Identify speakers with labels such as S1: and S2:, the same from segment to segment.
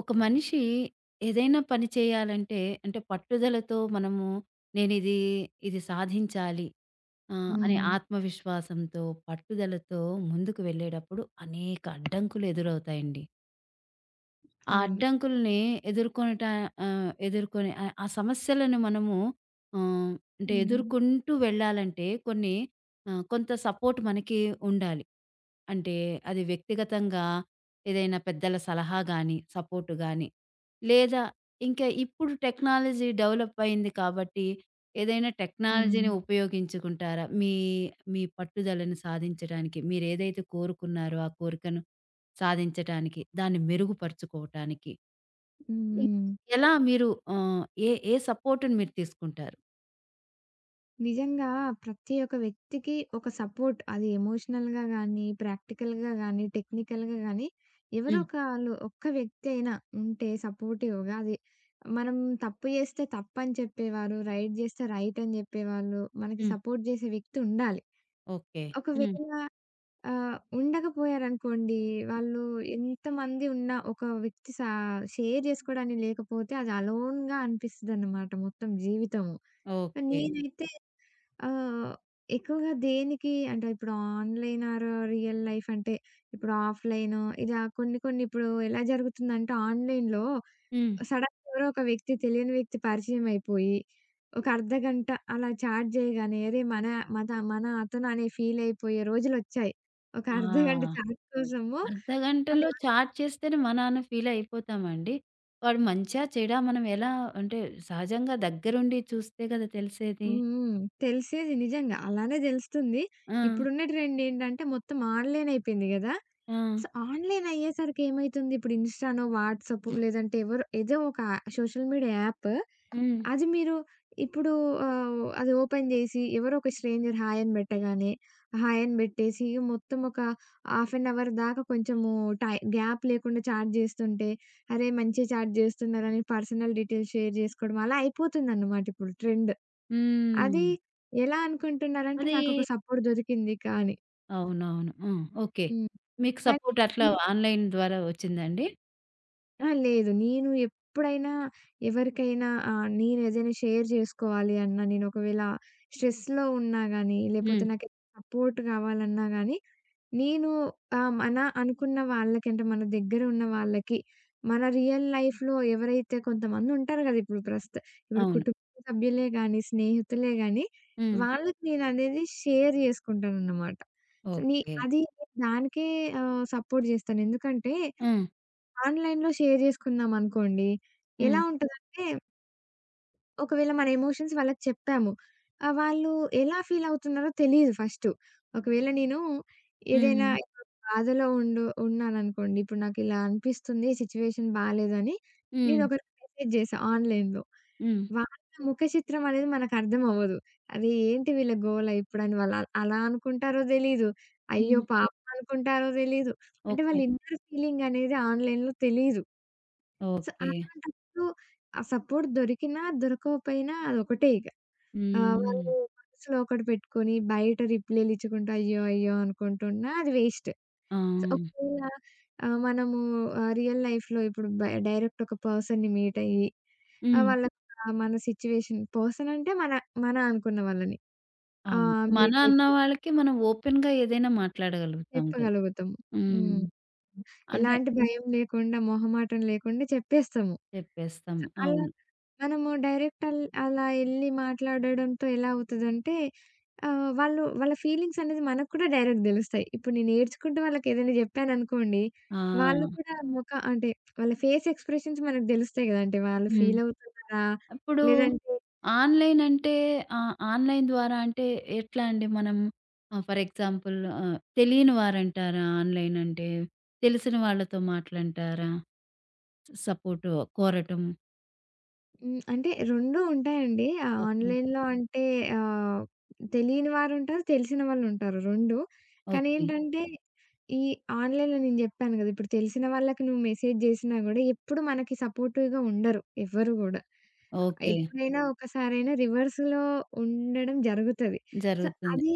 S1: ఒక మనిషి ఏదైనా పని చేయాలంటే అంటే పట్టుదలతో నేను ఇది ఇది సాధించాలి ఆ, అనే
S2: హ్మ్.
S1: ఆత్మవిశ్వాసంతో పట్టుదలతో ముందుకు వెళ్ళేటప్పుడు అనేక అడ్డంకులు ఎదురవుతాయండి. ఆ
S2: అవును.
S1: అడ్డంకుల్ని ఎదుర్కొనట ఆ, ఎదుర్కొని ఆ ఆ సమస్యలను మనము ఆ, అంటే
S2: హ్మ్.
S1: ఎదుర్కొంటూ వెళ్ళాలంటే కొంత సపోర్ట్ మనకి ఉండాలి. అంటే అది వ్యక్తిగతంగా ఏదైనా పెద్దల సలహా కానీ సపోర్టు కానీ, లేదా ఇంకా ఇప్పుడు టెక్నాలజీ డెవలప్ అయింది కాబట్టి, ఏదైనా
S2: హ్మ్.
S1: టెక్నాలజీని ఉపయోగించుకుంటారా? మీ మీ పట్టుదలను సాధించడానికి మీరేదైతే కోరుకున్నారో, ఆ కోరికను సాధించటానికి, దాన్ని మెరుగుపరుచుకోవటానికి
S2: హ్మ్.
S1: ఇ
S2: హ్మ్.
S1: ఎలా మీరు, ఆహ్, ఏ ఏ సపోర్ట్‌ని మీరు తీసుకుంటారు?
S2: నిజంగా ప్రతి ఒక్క వ్యక్తికి ఒక సపోర్ట్ అది ఎమోషనల్‌గా గానీ, ప్రాక్టికల్‌గా గానీ, టెక్నికల్‌గా గానీ ఎవరో
S1: హ్మ్.
S2: ఒకళ్ళు ఒక్క వ్యక్తి అయినా ఉంటే సపోర్టివ్‌గా అది మనం తప్పు చేస్తే తప్పని చెప్పేవారు, రైట్ చేస్తే రైట్ అని చెప్పేవాళ్ళు, మనకి
S1: హ్మ్.
S2: సపోర్ట్ చేసే వ్యక్తి ఉండాలి.
S1: ఓకే. హ్మ్.
S2: ఒకవేళ ఉండకపోయారనుకోండి, వాళ్ళు ఎంతమంది ఉన్నా ఒక వ్యక్తి షేర్ జేసుకోవడానికి లేకపోతే అది అలోన్‌గా అనిపిస్తదనమాట మొత్తం జీవితము. హ్మ్.
S1: ఓకే.
S2: నేనైతే ఆహ్, ఎక్కువగా దేనికి అంటే ఇప్పుడు ఆన్‌లైన్ ఆర్ రియల్ లైఫ్ అంటే ఇప్పుడు ఆఫ్‌లైను ఇలా కొన్ని కొన్ని ఇప్పుడు ఎలా జరుగుతుందంటే ఆన్‌లైన్‌లో
S1: హ్మ్.
S2: సడెన్‌గా ఎవరో ఒక వ్యక్తి తెలియని వ్యక్తి పరిచయం అయిపోయి, ఒక అర్ధగంట అలా చాట్ చేయగానే అరే! మన మన మన అతను అనే ఫీల్ అయిపోయే రోజులొచ్చాయి. ఒక
S1: ఆ!
S2: అర్ధగంట చాట్ కోసము
S1: అర్ధగంటలో
S2: వాళ్ళేమో
S1: చాట్ చేస్తేనే మా నాన్న ఫీల్ అయిపోతామండి. వాడు మంచా, చెడా, మనం ఎలా, అంటే సహజంగా దగ్గరుండి చూస్తే కదా తెలిసేది.
S2: హ్మ్. హ్మ్. తెలిసేది నిజంగా అలానే తెలుస్తుంది.
S1: ఆ!
S2: ఇప్పుడున్న ట్రెండ్ ఏంటంటే మొత్తం ఆన్‌లైన్ అయిపోయింది గదా!
S1: ఆ!
S2: సో, ఆన్‌లైన్ అయ్యేసరికి ఏమైతుంది, ఇప్పుడు ఇన్‌స్టానో, వాట్సాప్ లేదంటే ఎవరో ఏదో ఒక సోషల్ మీడియా యాప్.
S1: హ్మ్.
S2: అది మీరు ఇప్పుడు అది ఓపెన్ జేసి ఎవరో ఒక స్ట్రేంజర్ హాయ్ అని పెట్టగానే, హాయ్ అని బెట్టేసి మొత్తం ఒక హాఫ్ అన్ అవర్ దాకా కొంచెము టై గ్యాప్ లేకుండా చాట్ జేస్తుంటే, అరే! మంచిగా చాట్ జేస్తున్నారని పర్సనల్ డీటెయిల్స్ షేర్ జేసుకోవడం అలా అయిపోతుందన్నమాట ఇప్పుడు ట్రెండ్. అది
S1: హ్మ్.
S2: ఎలా అనుకుంటున్నారంటే
S1: అది
S2: నాకొక సపోర్ట్ దొరికింది కా అని.
S1: అవునవును. ఆ! ఓకే.
S2: హ్మ్.
S1: మీకు సపోర్ట్ అట్లా
S2: కానీ
S1: ఆన్‌లైన్ ద్వారా వచ్చిందండి?
S2: ఆ! లేదు. నేను ఎప్పుడైనా ఎవరికైనా నేనేదైనా షేర్ జేసుకోవాలి అన్నా, నేనొకవేళ స్ట్రెస్‌లో ఉన్నా గానీ, లేపోతే
S1: హ్మ్.
S2: నాకేదైనా సపోర్ట్ గావాలన్నా గానీ, నేను మన అనుకున్న వాళ్ళకంటే, మన దగ్గర ఉన్న వాళ్ళకి, మన రియల్ లైఫ్‌లో ఎవరైతే కొంతమందుంటారు గదా! ఇప్పుడు ఇప్పుడు
S1: అవును.
S2: కుటుంబ సభ్యులే గానీ, స్నేహితులే గానీ,
S1: హ్మ్.
S2: వాళ్ళకి నేననేది షేర్ జేసుకుంటాననమాట. సో, నీ
S1: ఓకే.
S2: అది దానికే సపోర్ట్ జేస్తాను. ఎందుకంటే
S1: హ్మ్.
S2: ఆన్‌లైన్‌లో షేర్ జేసుకున్నామనుకోండి, ఎలా
S1: హ్మ్.
S2: ఉంటదంటే, ఒకవేళ మన ఎమోషన్స్ వాళ్ళకి చెప్పాము. వాళ్ళు ఎలా ఫీలవుతున్నారో తెలీదు ఫస్టు. ఒకవేళ నేను ఏదైనా
S1: హ్మ్.
S2: ఇప్పుడు బాధలో ఉన్నాననుకోండి, ఇప్పుడు నాకిలా అనిపిస్తుంది, సిచ్యువేషన్ బాలేదని
S1: హ్మ్.
S2: నేనొకరికి మెసేజ్ జేశా ఆన్‌లైన్‌లో.
S1: హ్మ్.
S2: వాళ్ళ ముఖ చిత్రం అనేది మనకర్థమవ్వదు. అరే! ఏంటి వీళ్ళ గోల ఇప్పుడని వాళ్ళు అలా అనుకుంటారో తెలీదు, అయ్యో
S1: హ్మ్.
S2: పాపం అనుకుంటారో తెలీదు. అంటే
S1: ఓకే.
S2: వాళ్ళ ఇన్నర్ ఫీలింగనేది ఆన్‌లైన్‌లో తెలీదు. So,
S1: okay.
S2: అలాంటప్పుడు ఆ సపోర్ట్ దొరికినా, దొరకకపోయినా అదొకటే ఇక.
S1: హ్మ్.
S2: వాళ్ళు మనసులో ఒకటి పెట్టుకొని, బయట రిప్లైలిచ్చుకుంటూ అయ్యో! అయ్యో! అనుకుంటున్నా అది వేస్ట్.
S1: ఆ!
S2: సో, ఒకవేళ మనము రియల్ లైఫ్‌లో ఇప్పుడు డైరెక్ట్ ఒక పర్సన్‌ని మీట్ అయ్యి, ఆహ్,
S1: హ్మ్.
S2: వాళ్ళ మన సిట్యుయేషన్ పర్సన్ అంటే మన, మన అనుకున్న వాళ్ళని.
S1: అవును, మన
S2: మీట్
S1: అన్న
S2: అయిపోయి
S1: వాళ్ళకి మనం ఓపెన్‌గా ఏదైనా మాట్లాడగలుగుతాం కదా!
S2: చెప్పగలుగుతాము.
S1: హ్మ్.
S2: హ్మ్.
S1: అంటే
S2: ఎలాంటి భయం లేకుండా, మొహమాటం లేకుండా చెప్పేస్తాము.
S1: చెప్పేస్తాము.
S2: అలా
S1: అవును.
S2: మనము డైరెక్ట్ అలా ఎళ్లి మాట్లాడడంతో ఎలా అవుతదంటే, వాళ్ళు వాళ్ళ ఫీలింగ్స్ అనేది మనకు కూడా డైరెక్ట్ దెలుస్తాయి. ఇప్పుడు నేను ఏడ్చుకుంటూ వాళ్ళకేదైనా జెప్పాననుకోండి,
S1: ఆ!
S2: వాళ్ళు కూడా మొఖ అంటే వాళ్ళ ఫేస్ ఎక్స్‌ప్రెషన్స్ మనకు దెలుస్తాయి గదండీ! వాళ్ళు
S1: హ్మ్.
S2: ఫీల్ అవుతున్నారా?
S1: ఇప్పుడు
S2: లేదంటే
S1: ఆన్‌లైన్ అంటే, ఆన్‌లైన్ ద్వారా అంటే ఎట్లా అండి మనం, ఫర్ ఎగ్జాంపుల్ తెలియని వారంటారా ఆన్‌లైన్ అంటే? తెలిసిన వాళ్ళతో మాటలంటారా? సపోర్ట్ కోరటం.
S2: హ్మ్. అంటే 2 ఉంటాయండి.
S1: ఓకే.
S2: ఆన్‌లైన్‌లో అంటే ఆహ్, తెలియని వారుంటారు, తెలిసిన వాళ్ళుంటారు 2. కానీ
S1: ఓకే.
S2: ఏంటంటే ఈ ఆన్‌లైన్‌లో నేను జెప్పాను గదా! ఇప్పుడు తెలిసిన వాళ్ళకి నువ్వు మెసేజ్ జేసినా గూడా ఎప్పుడు మనకి సపోర్టివ్‌గా ఉండరు ఎవ్వరు గూడా.
S1: ఓకే.
S2: ఎప్పుడైనా ఒకసారైనా రివర్స్‌లో ఉండడం జరుగుతది. సో,
S1: జరుగుతుంది.
S2: అది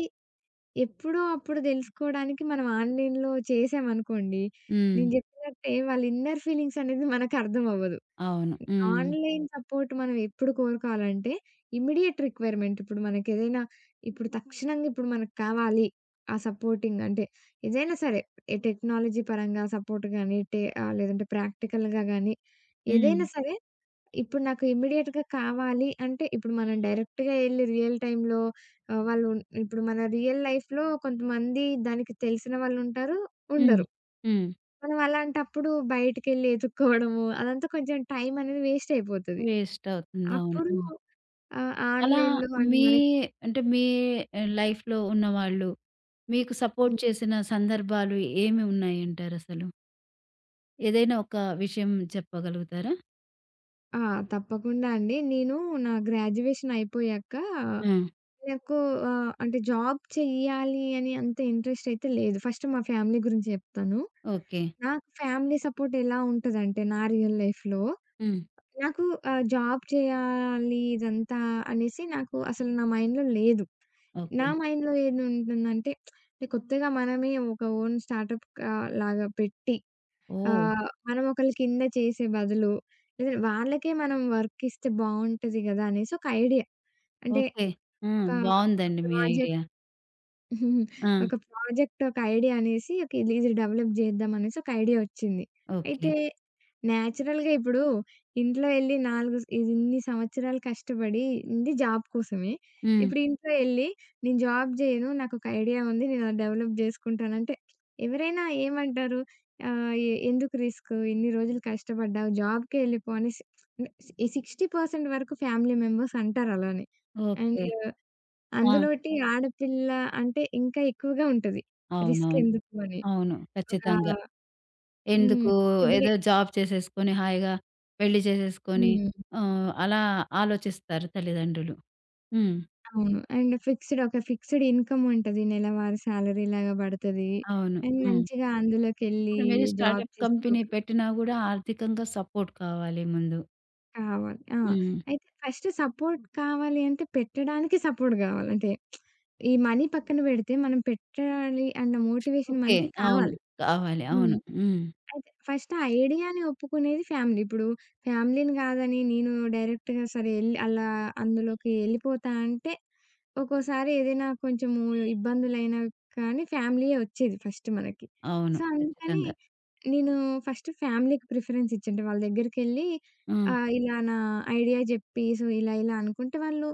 S2: ఎప్పుడో అప్పుడు దెలుసుకోవడానికి మనం ఆన్‌లైన్‌లో చేసామనుకోండి,
S1: హ్మ్.
S2: నేను జెప్పినట్టే వాళ్ళ ఇన్నర్ ఫీలింగ్స్ అనేది మనకు అర్థమవ్వదు.
S1: అవును. హ్మ్.
S2: ఆన్‌లైన్ సపోర్ట్ మనం ఎప్పుడు కోరుకోవాలంటే, ఇమ్మీడియేట్ రిక్వైర్‌మెంట్. ఇప్పుడు మనకేదైనా ఇప్పుడు తక్షణంగా ఇప్పుడు మనకు కావాలి. ఆ సపోర్టింగ్ అంటే ఏదైనా సరే ఏ టెక్నాలజీ పరంగా సపోర్ట్ గాని, లేదంటే ప్రాక్టికల్‌గా గాని
S1: హ్మ్.
S2: ఏదైనా సరే ఇప్పుడు నాకు ఇమ్మీడియేట్‌గా కావాలి అంటే ఇప్పుడు మనం డైరెక్ట్‌గా ఎళ్లి రియల్ టైమ్‌లో ఆహ్, వాళ్ళు ఇప్పుడు మన రియల్ లైఫ్‌లో కొంతమంది దానికి తెలిసిన వాళ్ళుంటారు,
S1: హ్మ్.
S2: ఉండరు.
S1: హ్మ్.
S2: మనం అలాంటప్పుడు బయటికెళ్ళి ఎతుక్కోవడము, అదంతా కొంచెం టైం అనేది వేస్ట్ అయిపోతది.
S1: వేస్ట్ అవుతుంది. అవును.
S2: అప్పుడు
S1: హ్మ్. అలా
S2: ఆన్‌లైన్‌లో అంటే
S1: మీ
S2: మనకి
S1: మీ లైఫ్‌లో ఉన్నవాళ్ళు మీకు సపోర్ట్
S2: హ్మ్.
S1: చేసిన సందర్భాలు ఏమి ఉన్నాయంటారసలు? ఏదైనా ఒక విషయం చెప్పగలుగుతారా?
S2: ఆ! తప్పకుండా అండి. నేను నా గ్రాడ్యుయేషన్ అయిపోయాక
S1: ఆ!
S2: నాకు అంటే జాబ్ చెయ్యాలి అని అంత ఇంట్రెస్ట్ అయితే లేదు. ఫస్ట్ మా ఫ్యామిలీ గురించి చెప్తాను.
S1: ఓకే.
S2: నాకు ఫ్యామిలీ సపోర్ట్ ఎలా ఉంటదంటే నా రియల్ లైఫ్‌లో
S1: హ్మ్.
S2: నాకు జాబ్ చేయాలి ఇదంతా అనేసి నాకు అసలు నా మైండ్‌లో లేదు.
S1: ఓకే.
S2: నా మైండ్‌లో ఏదుంటుందంటే, అంటే కొత్తగా మనమే ఒక ఓన్ స్టార్టప్ లాగా పెట్టి
S1: ఓహ్!
S2: మనం ఒకళ్ళ కింద చేసే బదులు లేదా వాళ్ళకే మనం వర్క్ ఇస్తే బావుంటది గదా! అనేసి ఒక ఐడియా. అంటే
S1: ఓకే. ఆ!
S2: ఒక, ఒక
S1: బావుందండి మీ
S2: ప్రాజెక్ట్
S1: ఐడియా. ఆ!
S2: ఒక ప్రాజెక్ట్ ఒక ఐడియా అనేసి ఓకే. ఇది డెవలప్ జేద్దాం అనేసి ఒక ఐడియా ఒచ్చింది.
S1: ఓకే.
S2: అయితే నేచురల్‌గా ఇప్పుడు ఇంట్లో ఎళ్లి 4 ఇది ఇన్ని సంవత్సరాలు కష్టపడి ఇది జాబ్ కోసమే.
S1: హ్మ్.
S2: ఇప్పుడు ఇంట్లో ఎళ్లి నేను జాబ్ జేయను. నాకొక ఐడియా ఉంది. నేను అది డెవలప్ జేసుకుంటానంటే ఎవరైనా ఏమంటారు? ఆహ్, ఎ ఎందుకు రిస్క్? ఇన్ని రోజులు కష్టపడ్డావు. జాబ్‌కే ఎళ్ళిపో అనేసి ఈ 60% వరకు ఫ్యామిలీ మెంబర్స్ అంటారు అలానే. And
S1: okay. ఆ!
S2: అందులోటి ఆడపిల్ల అంటే ఇంకా ఎక్కువగా ఉంటది. రిస్క్
S1: అవునవును.
S2: ఎందుకు అని.
S1: అవును,
S2: ఒక
S1: ఖచ్చితంగా.
S2: హ్మ్.
S1: ఎందుకు, ఏదో జాబ్ చేసేసుకొని హాయిగా పెళ్లి చేసేసుకొని,
S2: హ్మ్.
S1: అలా ఆలోచిస్తారు తల్లిదండ్రులు. హ్మ్.
S2: అవును. అండ్ ఫిక్స్‌డ్ ఇన్‌కమ్ ఉంటది. నెలవారీ సాలరీ లాగా పడతది.
S1: అవును.
S2: అండ్
S1: హ్మ్.
S2: మంచిగా అందులోకెళ్ళి
S1: ఇప్పుడు మీరు
S2: జాబ్
S1: స్టార్టప్ కంపెనీ
S2: చేసుకోక
S1: పెట్టినా గూడా ఆర్థికంగా సపోర్ట్ కావాలి ముందు.
S2: కావాలి. ఆ!
S1: హ్మ్.
S2: అయితే ఫస్ట్ సపోర్ట్ కావాలి అంటే పెట్టడానికి సపోర్ట్ కావాలి. అంటే ఈ మనీ పక్కన పెడితే మనం పెట్టాలి అన్న మోటివేషన్
S1: ఓకే.
S2: మనకి
S1: అవును.
S2: కావాలి.
S1: కావాలి. అవును.
S2: హ్మ్.
S1: హ్మ్.
S2: అయితే ఫస్ట్ ఆ ఐడియాని ఒప్పుకునేది ఫ్యామిలీ. ఇప్పుడు ఫ్యామిలీని గాదని నేను డైరెక్ట్‌గా సరే ఎళ్లి అలా అందులోకి ఎళ్ళిపోతా అంటే, ఒక్కోసారి ఏదైనా కొంచెము ఇబ్బందులైనా కానీ ఫ్యామిలీయే వచ్చేది ఫస్ట్ మనకి.
S1: అవును,
S2: సో, అందుకని
S1: ఖచ్చితంగా.
S2: నేను ఫస్ట్ ఫ్యామిలీకి ప్రిఫరెన్స్ ఇచ్చుంటా. వాళ్ళ దగ్గరికెళ్ళి
S1: హ్మ్.
S2: ఇలా నా ఐడియా జెప్పి, సో, ఇలా ఇలా అనుకుంటే వాళ్ళు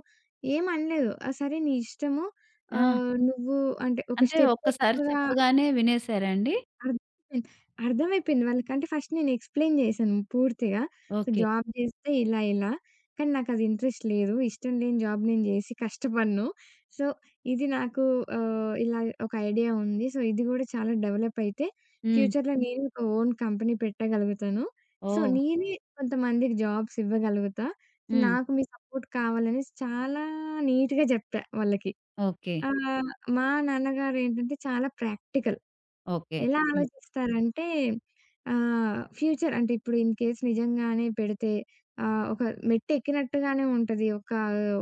S2: ఏమనలేదు. "ఆ! సరే నీ ఇష్టము.
S1: ఆ!
S2: నువ్వు" అంటే ఒక
S1: అంటే
S2: స్టెప్
S1: ఒక్కసారి
S2: ఎక్కువగా
S1: చెప్పగానే వినేసారా అండి?
S2: అర్థమైపోయింది. అర్థమైపోయింది వాళ్ళకంటే ఫస్ట్ నేను ఎక్స్‌ప్లెయిన్ జేశాను పూర్తిగా. So,
S1: okay.
S2: జాబ్ జేస్తే ఇలా, ఇలా. కానీ నాకది ఇంట్రెస్ట్ లేదు. ఇష్టం లేని జాబ్ నేను జేసి కష్టపడను. సో, ఇది నాకు ఇలా ఒక ఐడియా ఉంది. సో, ఇది గూడా చాలా డెవలప్ అయితే
S1: హ్మ్.
S2: ఫ్యూచర్‌లో నేను ఒక ఓన్ కంపెనీ పెట్టగలుగుతాను. సో,
S1: ఓహ్!
S2: నేనే కొంతమందికి జాబ్స్ ఇవ్వగలుగుతా.
S1: హ్మ్.
S2: నాకు మీ సపోర్ట్ కావాలనేసి చాలా నీట్‌గా జెప్పా వాళ్ళకి.
S1: ఓకే.
S2: ఆహ్, మా నాన్నగారేంటంటే చాలా ప్రాక్టికల్.
S1: ఓకే.
S2: ఎలా
S1: హ్మ్.
S2: ఆలోచిస్తారంటే ఫ్యూచర్ అంటే ఇప్పుడు ఇన్ కేస్ నిజంగానే పెడితే ఒక మెట్టెక్కినట్టుగానే ఉంటది. ఒక,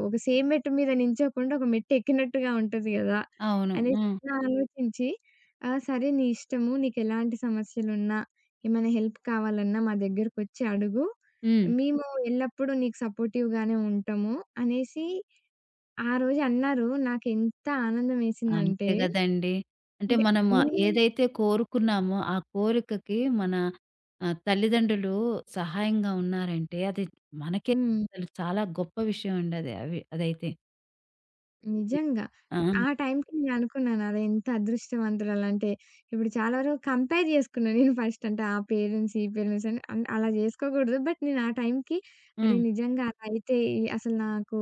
S2: ఒక సేమ్ మెట్టు మీద నించోకుండా ఒక మెట్టెక్కినట్టుగా ఉంటది గదా!
S1: అవును.
S2: అనేసి
S1: హ్మ్.
S2: అలా ఆలోచించి సరే నీ ఇష్టము. నీకెలాంటి సమస్యలున్నా, ఏమైనా హెల్ప్ కావాలన్నా మా దగ్గరకొచ్చి అడుగు.
S1: హ్మ్.
S2: మేము ఎల్లప్పుడూ నీకు సపోర్టివ్‌గానే ఉంటాము అనేసి ఆ రోజు అన్నారు. నాకెంత
S1: అంతే
S2: ఆనందమేసిందంటే
S1: గదండీ! అంటే
S2: అంటే
S1: మనం
S2: నేను
S1: ఏదైతే కోరుకున్నామో, ఆ కోరికకి మన, తల్లిదండ్రులు సహాయంగా ఉన్నారంటే, అది మనకే
S2: హ్మ్.
S1: అసలు చాలా గొప్ప విషయం అండి అది. అవి అదైతే. హ్మ్.
S2: నిజంగా. ఆ
S1: ఆ!
S2: టైంకి నేననుకున్నాను అదెంత అదృష్టవంతురాలంటే, ఇప్పుడు చాలా వరకు కంపేర్ జేసుకున్నా నేను ఫస్ట్. అంటే ఆ పేరెంట్స్, ఈ పేరెంట్స్ అని అలా జేసుకోకూడదు. బట్ నేను ఆ టైంకి అరే!
S1: హ్మ్.
S2: నిజంగా అలా అయితే ఈ అసలు నాకు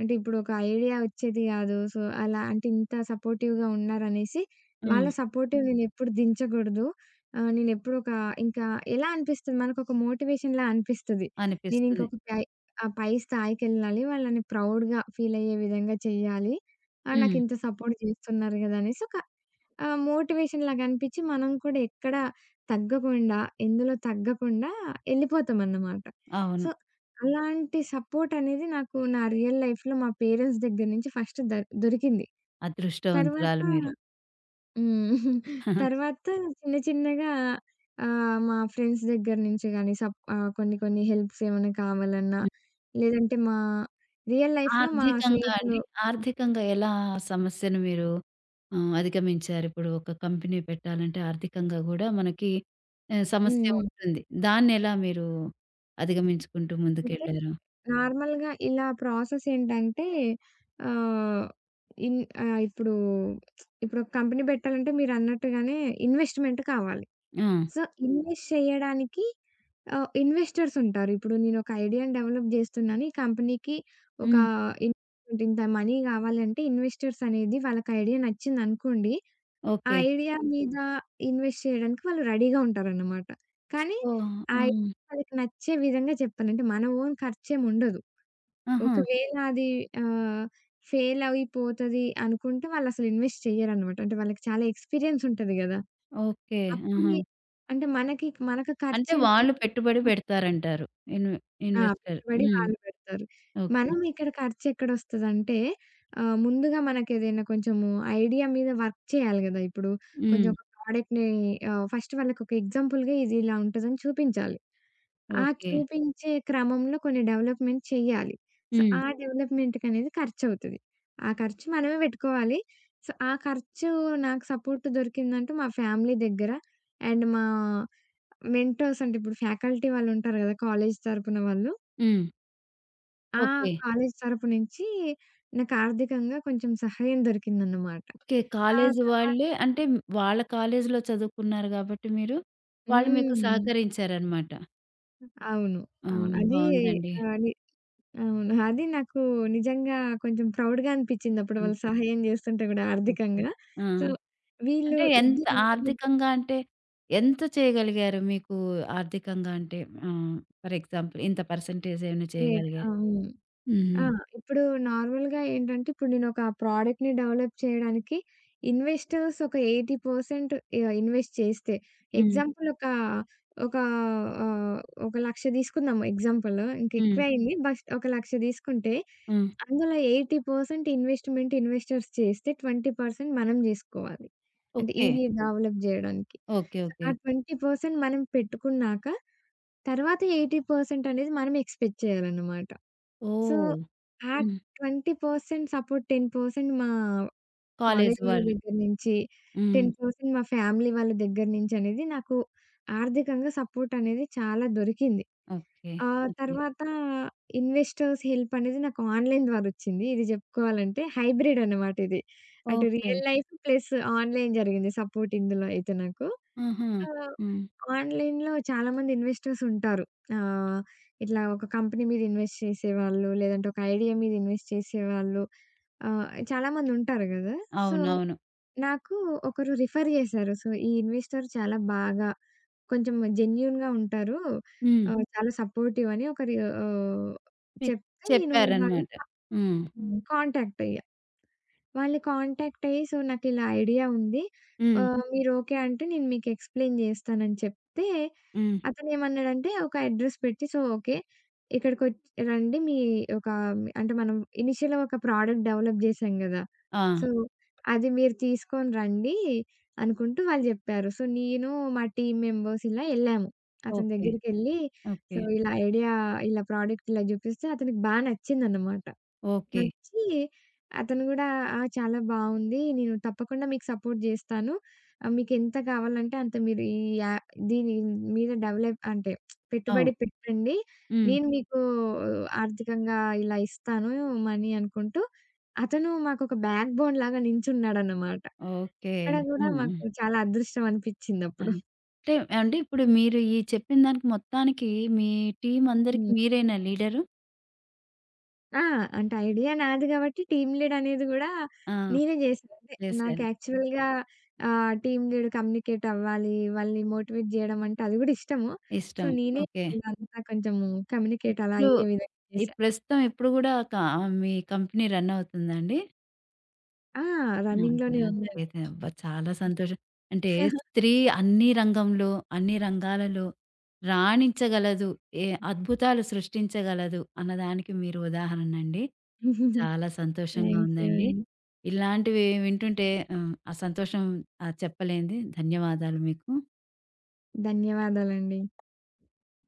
S2: అంటే ఇప్పుడు ఒక ఐడియా వచ్చేది గాదు. సో, అలా అంటే ఇంత సపోర్టివ్‌గా ఉన్నారనేసి వాళ్ళ
S1: హ్మ్.
S2: సపోర్టివ్ నేనెప్పుడు దించకూడదు. నేనెప్పుడొక ఇంకా ఎలా అనిపిస్తుంది మనకొక మోటివేషన్‌లా అనిపిస్తది.
S1: అనిపిస్తుంది.
S2: నేనింకొకటి ఆ! పై స్థాయికెళ్ళాలి. వాళ్ళని ప్రౌడ్‌గా ఫీలయ్యే విధంగా చెయ్యాలి. ఆ!
S1: హ్మ్.
S2: నాకింత సపోర్ట్ చేస్తున్నారు గదా! అనేసి ఒక మోటివేషన్‌లాగా అనిపిచ్చి మనం కూడా ఎక్కడ తగ్గకుండా, ఎందులో తగ్గకుండా ఎళ్ళిపోతామన్నమాట.
S1: అవును.
S2: సో, అలాంటి సపోర్టనేది నాకు నా రియల్ లైఫ్‌లో మా పేరెంట్స్ దగ్గర నుంచి ఫస్ట్ దొరికింది. తర్వాత
S1: అదృష్టవంతురాలు మీరు.
S2: హ్మ్. తర్వాత చిన్న చిన్నగా మా ఫ్రెండ్స్ దగ్గర నుంచి గాని కొన్ని కొన్ని హెల్ప్స్ ఏమైనా కావాలన్నా, లేదంటే మా రియల్ లైఫ్‌లో మా
S1: ఆర్థికంగా అండి.
S2: స్నేహితులు
S1: ఆర్థికంగా ఎలా ఆ సమస్యను మీరు, అధిగమించారు? ఇప్పుడు ఒక కంపెనీ పెట్టాలంటే ఆర్థికంగా గూడా మనకి
S2: హ్మ్.
S1: సమస్య
S2: హ్మ్.
S1: ఉంటుంది. దాన్నెలా మీరు అధిగమించుకుంటూ
S2: అయితే
S1: ముందుకెళ్లారు?
S2: నార్మల్‌గా ఇలా ప్రాసెస్ ఏంటంటే ఆహ్, ఇన్ ఆహ్, ఇప్పుడు ఇప్పుడు ఒక కంపెనీ పెట్టాలంటే మీరన్నట్టుగానే ఇన్వెస్ట్‌మెంట్ కావాలి.
S1: ఆ!
S2: సో, ఇన్వెస్ట్ చేయడానికి ఇన్వెస్టర్స్ ఉంటారు. ఇప్పుడు నేనొక ఐడియాని డెవలప్ జేస్తున్నాను. ఈ కంపెనీకి ఒక
S1: హ్మ్.
S2: ఇన్వెస్ట్‌మెంట్ ఇంత మనీ గావాలంటే ఇన్వెస్టర్స్ అనేది వాళ్ళకి ఐడియా నచ్చిందనుకోండి. ఆ
S1: ఓకే.
S2: ఐడియా మీద ఇన్వెస్ట్ చేయడానికి వాళ్ళు రెడీగా ఉంటారన్నమాట. కానీ
S1: సో,
S2: ఆ
S1: ఆ!
S2: ఐడియా వాళ్ళకి నచ్చే విధంగా చెప్పాలి. అంటే మన ఓన్ ఖర్చేముండదు.
S1: ఆహా!
S2: ఒకవేళ అది ఆహ్, ఫెయిల్ అయిపోతది అనుకుంటే వాళ్ళసలు ఇన్వెస్ట్ చెయ్యరన్నమాట. అంటే వాళ్ళకి చాలా ఎక్స్‌పీరియన్స్ ఉంటది గదా!
S1: ఓకే. ఆహా!
S2: అప్పుడే అంటే మనకు
S1: అంటే
S2: ఖర్చేంతంటే
S1: వాళ్ళు పెట్టుబడి పెడతారంటారు. ఇన్వె
S2: ఆ!
S1: ఇన్వెస్టర్.
S2: పెట్టుబడి
S1: హ్మ్.
S2: వాళ్ళు పెడతారు.
S1: ఓకే.
S2: మనం ఇక్కడ ఖర్చెక్కడొస్తదంటే ముందుగా మనకేదైనా కొంచెము ఐడియా మీద వర్క్ చేయాలి గదా! ఇప్పుడు కొంచెం
S1: హ్మ్.
S2: ఒక ప్రోడక్ట్‌ని ఫస్ట్ వాళ్ళకొక ఎగ్జాంపుల్‌గా ఇది ఇలా ఉంటదని చూపించాలి. ఆ
S1: ఓకే.
S2: చూపించే క్రమంలో కొన్ని డెవలప్‌మెంట్ చెయ్యాలి. సో,
S1: హ్మ్.
S2: ఆ డెవలప్‌మెంట్‌కనేది ఖర్చవుతది. ఆ ఖర్చు మనమే పెట్టుకోవాలి. సో, ఆ ఖర్చు నాకు సపోర్ట్ దొరికిందంటే మా ఫ్యామిలీ దగ్గర అండ్ మా మెంటర్స్ అంటే ఇప్పుడు ఫ్యాకల్టీ వాళ్ళుంటారు గదా! కాలేజీ తరపున వాళ్ళు.
S1: హ్మ్.
S2: ఆ!
S1: ఓకే.
S2: కాలేజీ తరపు నుంచి నాకు ఆర్థికంగా కొంచెం సహాయం దొరికిందన్నమాట.
S1: ఓకే.
S2: ఆ
S1: కాలేజీ
S2: తర్వాత
S1: వాళ్ళే అంటే, వాళ్ళ కాలేజీలో చదువుకున్నారు గాబట్టి మీరు, వాళ్ళు మీకు
S2: హ్మ్.
S1: సహకరించారనమాట.
S2: అవును.
S1: ఆ!
S2: అవును. అది
S1: బావుందండి.
S2: అది అవును. అది నాకు నిజంగా కొంచెం ప్రౌడ్‌గా అనిపిచ్చింది. అప్పుడు వాళ్ళు
S1: అనిపించింది.
S2: సహాయం జేస్తుంటే గూడా
S1: ఓకే.
S2: ఆర్థికంగా.
S1: ఆ!
S2: సో, వీళ్ళు
S1: అంటే ఎంత
S2: ఇద్దరు ఇంత పెద్ద
S1: ఆర్థికంగా అంటే ఎంత చేయగలిగారు మీకు ఆర్థికంగా అంటే, ఆహ్, ఫర్ ఎగ్జాంపుల్ ఇంత పర్సెంటేజ్ ఏమైనా
S2: రేట్
S1: చేయగలిగారు?
S2: అవును. ఆ!
S1: హ్మ్.
S2: ఇప్పుడు నార్మల్‌గా ఏంటంటే, ఇప్పుడు నేనొక ప్రోడక్ట్‌ని డెవలప్ చేయడానికి ఇన్వెస్టర్స్ ఒక 80% ఇన్వెస్ట్ చేస్తే,
S1: హ్మ్.
S2: ఎగ్జాంపుల్ ఒక ఒక ఆహ్, ఒక 1,00,000 తీసుకుందాం ఎగ్జాంపుల్. ఇంక
S1: హ్మ్.
S2: ఎక్కువయింది. బట్ ఒక 1,00,000 తీసుకుంటే,
S1: హ్మ్.
S2: అందులో 80% ఇన్వెస్ట్‌మెంట్ ఇన్వెస్టర్స్ చేస్తే, 20% మనం జేసుకోవాలి. అంటే
S1: ఓకే.
S2: ఇవి డెవలప్ జేయడానికి.
S1: ఓకే.
S2: So,
S1: okay.
S2: ఆ 20% మనం పెట్టుకున్నాక, తర్వాత 80% అనేది మనం ఎక్స్‌పెక్ట్ చేయాలన్నమాట. సో,
S1: ఓహ్!
S2: ఆ
S1: హ్మ్.
S2: 20% సపోర్ట్ 10% మా
S1: కాలేజీ
S2: కాలేజీ వాళ్ళ
S1: వాళ్ళు.
S2: దగ్గర నుంచి,
S1: హ్మ్.
S2: 10% మా ఫ్యామిలీ వాళ్ళ దగ్గర నుంచి అనేది నాకు ఆర్థికంగా సపోర్ట్ అనేది చాలా దొరికింది.
S1: ఓకే.
S2: ఆ
S1: ఓకే.
S2: తర్వాత ఇన్వెస్టర్స్ హెల్ప్ అనేది నాకు ఆన్‌లైన్ ద్వారా వచ్చింది. ఇది చెప్పుకోవాలంటే హైబ్రిడ్ అన్నమాట ఇది. అటు
S1: okay.
S2: Real life plus online జరిగింది సపోర్ట్ ఇందులో అయితే నాకు.
S1: ఆహా!
S2: ఆహ్,
S1: హ్మ్.
S2: ఆన్‌లైన్‌లో చాలామంది ఇన్వెస్టర్స్ ఉంటారు. ఆహ్, ఇట్లా ఒక కంపెనీ మీద ఇన్వెస్ట్ చేసేవాళ్ళు, లేదంటే ఒక ఐడియా మీద ఇన్వెస్ట్ చేసేవాళ్ళు. చాలామంది ఉంటారు గదా! సో,
S1: అవునవును.
S2: నాకు ఒకరు రిఫర్ చేశారు. సో, ఈ ఇన్వెస్టర్ చాలా బాగా కొంచెం జెన్యూన్‌గా ఉంటారు.
S1: హ్మ్.
S2: చాలా సపోర్టివ్ అని ఒకరు ఆహ్,
S1: మీకు
S2: చెప్తే నేను వాళ్ళని
S1: చెప్పారనమాట.
S2: కా
S1: హ్మ్.
S2: కాంటాక్ట్ అయ్యా. వాళ్ళు కాంటాక్ట్ అయ్యి, "సో, నాకిలా ఐడియా ఉంది.
S1: హ్మ్.
S2: మీరు ఓకే అంటే నేను మీకు ఎక్స్‌ప్లెయిన్ చేస్తానని" చెప్తే,
S1: హ్మ్.
S2: అతనేమన్నాడంటే ఒక అడ్రెస్ పెట్టి, "సో, ఓకే. ఇక్కడికొచ్ రండి. మీ ఒక" అంటే మనం ఇనిషియల్‌గా ఒక ప్రోడక్ట్ డెవలప్ చేసాం కదా!
S1: ఆ!
S2: సో, "అది మీరు తీసుకొని రండి" అనుకుంటూ వాళ్ళు చెప్పారు. సో, నేను మా టీమ్ మెంబర్స్ ఇలా ఎళ్ళాము. అతని
S1: ఓకే.
S2: దగ్గరికెళ్ళి,
S1: ఓకే.
S2: సో, ఇలా ఐడియా ఇలా ప్రోడక్ట్ ఇలా చూపిస్తే అతనికి బా నచ్చిందన్నమాట.
S1: ఓకే.
S2: నచ్చి అతను గూడా "ఆ! చాలా బావుంది. నేను తప్పకుండా మీకు సపోర్ట్ జేస్తాను. మీకెంత కావాలంటే అంత మీరు ఈ యా దీని మీద డెవలప్ అంటే
S1: అవును.
S2: పెట్టుబడి పెట్టండి.
S1: హ్మ్.
S2: నేను మీకు ఆర్థికంగా ఇలా ఇస్తాను మనీ" అనుకుంటూ అతను మాకొక బ్యాక్ బోన్ లాగా నించున్నాడన్నమాట.
S1: ఓకే.
S2: అక్కడ గూడా
S1: హ్మ్. హ్మ్.
S2: మాకు చాలా అదృష్టం అనిపిచ్చిందప్పుడు.
S1: అది. అంటే అండి ఇప్పుడు మీరు ఈ చెప్పిన దానికి మొత్తానికి మీ టీమ్ అందరికి
S2: హ్మ్.
S1: మీరేనా లీడరు?
S2: ఆ! అంటే ఐడియా నాది గాబట్టి టీమ్ లీడ్ అనేది గూడా
S1: ఆ!
S2: నేనే జేశాను. అంటే నాకు
S1: చేశారు.
S2: యాక్చువల్‌గా టీమ్ లీడ్ కమ్యూనికేట్ అవ్వాలి. వాళ్ళని మోటివేట్ జేయడం అంటే అది గూడా ఇష్టము. సో,
S1: ఇష్టం.
S2: నేనే
S1: ఓకే.
S2: వాళ్ళంతా కొంచెము కమ్యూనికేట్ అలా
S1: ఇప్పుడు
S2: అయ్యే విధంగా
S1: ఈ
S2: చేశా.
S1: ప్రస్తుతం ఇప్పుడు గూడా మీ కంపెనీ రన్ అవుతుందా అండి?
S2: ఆ!
S1: అవునండి.
S2: రన్నింగ్‌లోనే ఉందండి.
S1: నాకైతే అబ్బా! చాలా సంతోషం. అంటే స్త్రీ అన్ని రంగంలో, అన్ని రంగాలలో రాణించగలదు. ఏ అద్భుతాలు సృష్టించగలదు అన్నదానికి మీరు ఉదాహరణండి. చాలా సంతోషంగా
S2: థ్యాంక్ యూ
S1: ఉందండి.
S2: అండి.
S1: ఇలాంటివి వింటుంటే, ఆ సంతోషం, చెప్పలేనిది. ధన్యవాదాలు మీకు.
S2: ధన్యవాదాలండి.